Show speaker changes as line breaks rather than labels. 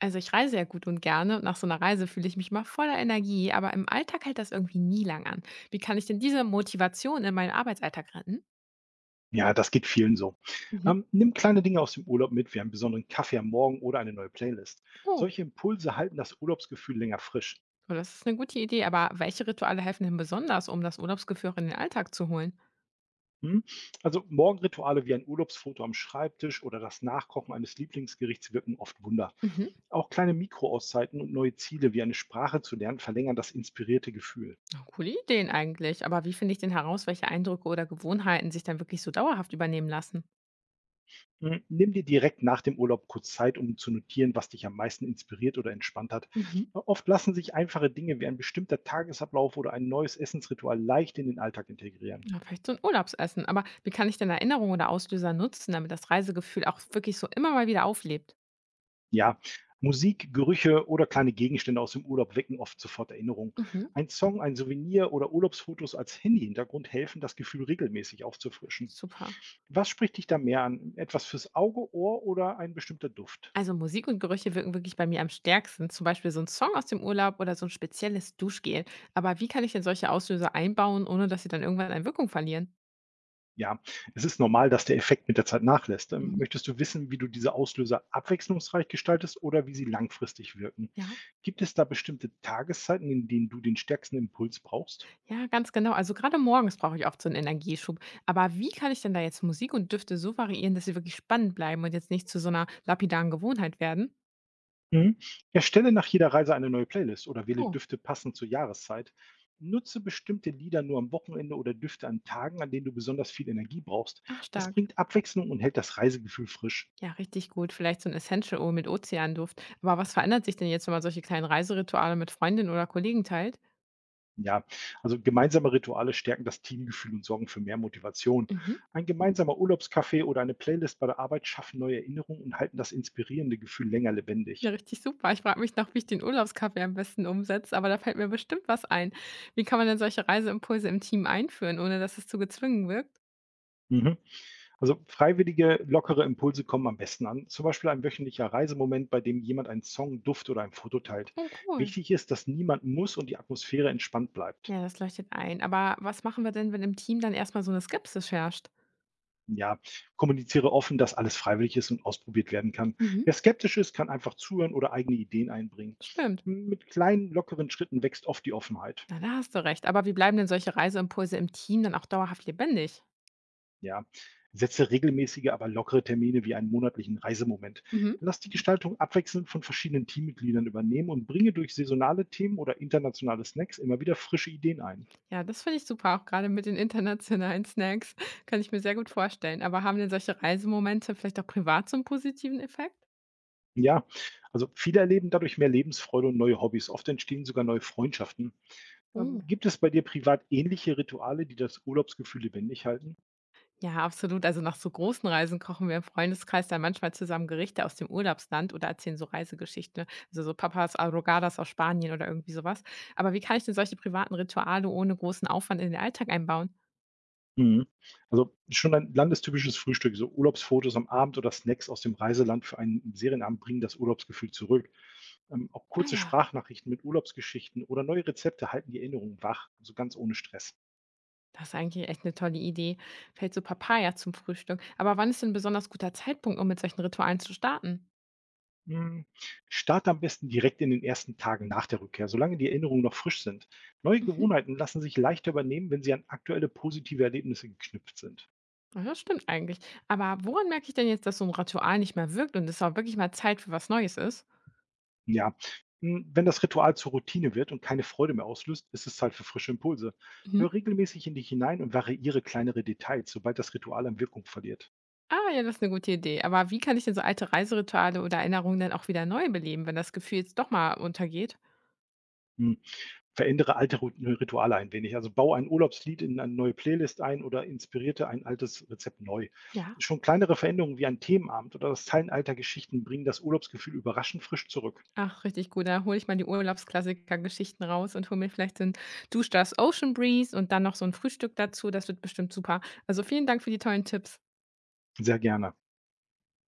Also ich reise ja gut und gerne und nach so einer Reise fühle ich mich mal voller Energie, aber im Alltag hält das irgendwie nie lang an. Wie kann ich denn diese Motivation in meinen Arbeitsalltag retten?
Ja, das geht vielen so.
Mhm.
Nimm kleine Dinge aus dem Urlaub mit, wie einen besonderen Kaffee am Morgen oder eine neue Playlist.
Oh,
Solche Impulse halten das Urlaubsgefühl länger frisch.
oh, das ist eine gute Idee, aber welche Rituale helfen denn besonders, um das Urlaubsgefühl auch in den Alltag zu holen?
Hm? Also Morgenrituale wie ein Urlaubsfoto am Schreibtisch oder das Nachkochen eines Lieblingsgerichts wirken oft Wunder.
Mhm.
Auch kleine Mikroauszeiten und neue Ziele wie eine Sprache zu lernen verlängern das inspirierte Gefühl.
Ja, coole Ideen eigentlich, aber wie finde ich denn heraus, welche Eindrücke oder Gewohnheiten sich dann wirklich so dauerhaft übernehmen lassen?
Mhm. Nimm dir direkt nach dem Urlaub kurz Zeit, um zu notieren, was dich am meisten inspiriert oder entspannt hat.
Mhm.
Oft lassen sich einfache Dinge wie ein bestimmter Tagesablauf oder ein neues Essensritual leicht in den Alltag integrieren.
Ja, vielleicht so ein Urlaubsessen, aber wie kann ich denn Erinnerungen oder Auslöser nutzen, damit das Reisegefühl auch wirklich so immer mal wieder auflebt?
Ja, Musik, Gerüche oder kleine Gegenstände aus dem Urlaub wecken oft sofort Erinnerungen.
Mhm.
Ein Song, ein Souvenir oder Urlaubsfotos als Handyhintergrund helfen, das Gefühl regelmäßig aufzufrischen.
Super.
Was spricht dich da mehr an? Etwas fürs Auge, Ohr oder ein bestimmter Duft?
Also Musik und Gerüche wirken wirklich bei mir am stärksten. Zum Beispiel so ein Song aus dem Urlaub oder so ein spezielles Duschgel. Aber wie kann ich denn solche Auslöser einbauen, ohne dass sie dann irgendwann an Wirkung verlieren?
Ja, es ist normal, dass der Effekt mit der Zeit nachlässt.
Mhm.
Möchtest du wissen, wie du diese Auslöser abwechslungsreich gestaltest oder wie sie langfristig wirken?
Ja.
Gibt es da bestimmte Tageszeiten, in denen du den stärksten Impuls brauchst?
Ja, ganz genau. Also gerade morgens brauche ich oft so einen Energieschub. Aber wie kann ich denn da jetzt Musik und Düfte so variieren, dass sie wirklich spannend bleiben und jetzt nicht zu so einer lapidaren Gewohnheit werden?
Mhm. Erstelle nach jeder Reise eine neue Playlist oder wähle
Oh,
Düfte passend zur Jahreszeit. Nutze bestimmte Lieder nur am Wochenende oder Düfte an Tagen, an denen du besonders viel Energie brauchst.
ach,
Das
stark.
bringt Abwechslung und hält das Reisegefühl frisch.
Ja, richtig gut. Vielleicht so ein Essential Oil mit Ozeanduft. Aber was verändert sich denn jetzt, wenn man solche kleinen Reiserituale mit Freundinnen oder Kollegen teilt?
Ja, also gemeinsame Rituale stärken das Teamgefühl und sorgen für mehr Motivation.
Mhm.
Ein gemeinsamer Urlaubscafé oder eine Playlist bei der Arbeit schaffen neue Erinnerungen und halten das inspirierende Gefühl länger
Ja,
lebendig.
richtig super. Ich frage mich noch, wie ich den Urlaubskaffee am besten umsetze, aber da fällt mir bestimmt was ein. Wie kann man denn solche Reiseimpulse im Team einführen, ohne dass es zu gezwungen wirkt?
Mhm. Also freiwillige, lockere Impulse kommen am besten an. Zum Beispiel ein wöchentlicher Reisemoment, bei dem jemand einen Song, Duft oder ein Foto teilt.
Oh, cool.
Wichtig ist, dass niemand muss und die Atmosphäre entspannt bleibt.
Ja, das leuchtet ein. Aber was machen wir denn, wenn im Team dann erstmal so eine Skepsis herrscht?
Ja, kommuniziere offen, dass alles freiwillig ist und ausprobiert werden kann.
Mhm.
Wer skeptisch ist, kann einfach zuhören oder eigene Ideen einbringen.
Stimmt.
Mit kleinen, lockeren Schritten wächst oft die Offenheit.
Na, da hast du recht. Aber wie bleiben denn solche Reiseimpulse im Team dann auch dauerhaft lebendig?
Ja, setze regelmäßige, aber lockere Termine wie einen monatlichen Reisemoment.
Mhm.
Lass die Gestaltung abwechselnd von verschiedenen Teammitgliedern übernehmen und bringe durch saisonale Themen oder internationale Snacks immer wieder frische Ideen ein.
Ja, das finde ich super, auch gerade mit den internationalen Snacks. Kann ich mir sehr gut vorstellen. Aber haben denn solche Reisemomente vielleicht auch privat so einen positiven Effekt?
Ja, also viele erleben dadurch mehr Lebensfreude und neue Hobbys. Oft entstehen sogar neue Freundschaften.
Oh.
Gibt es bei dir privat ähnliche Rituale, die das Urlaubsgefühl lebendig halten?
Ja, absolut. Also nach so großen Reisen kochen wir im Freundeskreis dann manchmal zusammen Gerichte aus dem Urlaubsland oder erzählen so Reisegeschichten, ne? Also so Papas Arrogadas aus Spanien oder irgendwie sowas. Aber wie kann ich denn solche privaten Rituale ohne großen Aufwand in den Alltag einbauen?
Mhm. Also schon ein landestypisches Frühstück, so Urlaubsfotos am Abend oder Snacks aus dem Reiseland für einen Serienabend bringen das Urlaubsgefühl zurück. Auch
Ja,
kurze
ja,
Sprachnachrichten mit Urlaubsgeschichten oder neue Rezepte halten die Erinnerung wach, so ganz ohne Stress.
das ist eigentlich echt eine tolle Idee. Fällt so Papaya zum Frühstück. Aber wann ist denn ein besonders guter Zeitpunkt, um mit solchen Ritualen zu starten?
Hm, Starte am besten direkt in den ersten Tagen nach der Rückkehr, solange die Erinnerungen noch frisch sind. Neue
Mhm.
Gewohnheiten lassen sich leichter übernehmen, wenn sie an aktuelle positive Erlebnisse geknüpft sind.
Ja, das stimmt eigentlich. Aber woran merke ich denn jetzt, dass so ein Ritual nicht mehr wirkt und es auch wirklich mal Zeit für was Neues ist?
Ja, wenn das Ritual zur Routine wird und keine Freude mehr auslöst, ist es Zeit für frische Impulse. Hör
Mhm.
regelmäßig in dich hinein und variiere kleinere Details, sobald das Ritual an Wirkung verliert.
Ah, ja, das ist eine gute Idee. Aber wie kann ich denn so alte Reiserituale oder Erinnerungen dann auch wieder neu beleben, wenn das Gefühl jetzt doch mal untergeht?
Hm, Verändere alte Rituale ein wenig. Also baue ein Urlaubslied in eine neue Playlist ein oder inspirierte ein altes Rezept neu.
Ja.
Schon kleinere Veränderungen wie ein Themenabend oder das Teilen alter Geschichten bringen das Urlaubsgefühl überraschend frisch zurück.
Ach, richtig gut. Da hole ich mal die Urlaubsklassiker-Geschichten raus und hole mir vielleicht so 'n Duschdas Ocean Breeze und dann noch so ein Frühstück dazu. Das wird bestimmt super. Also, vielen Dank für die tollen Tipps.
Sehr gerne.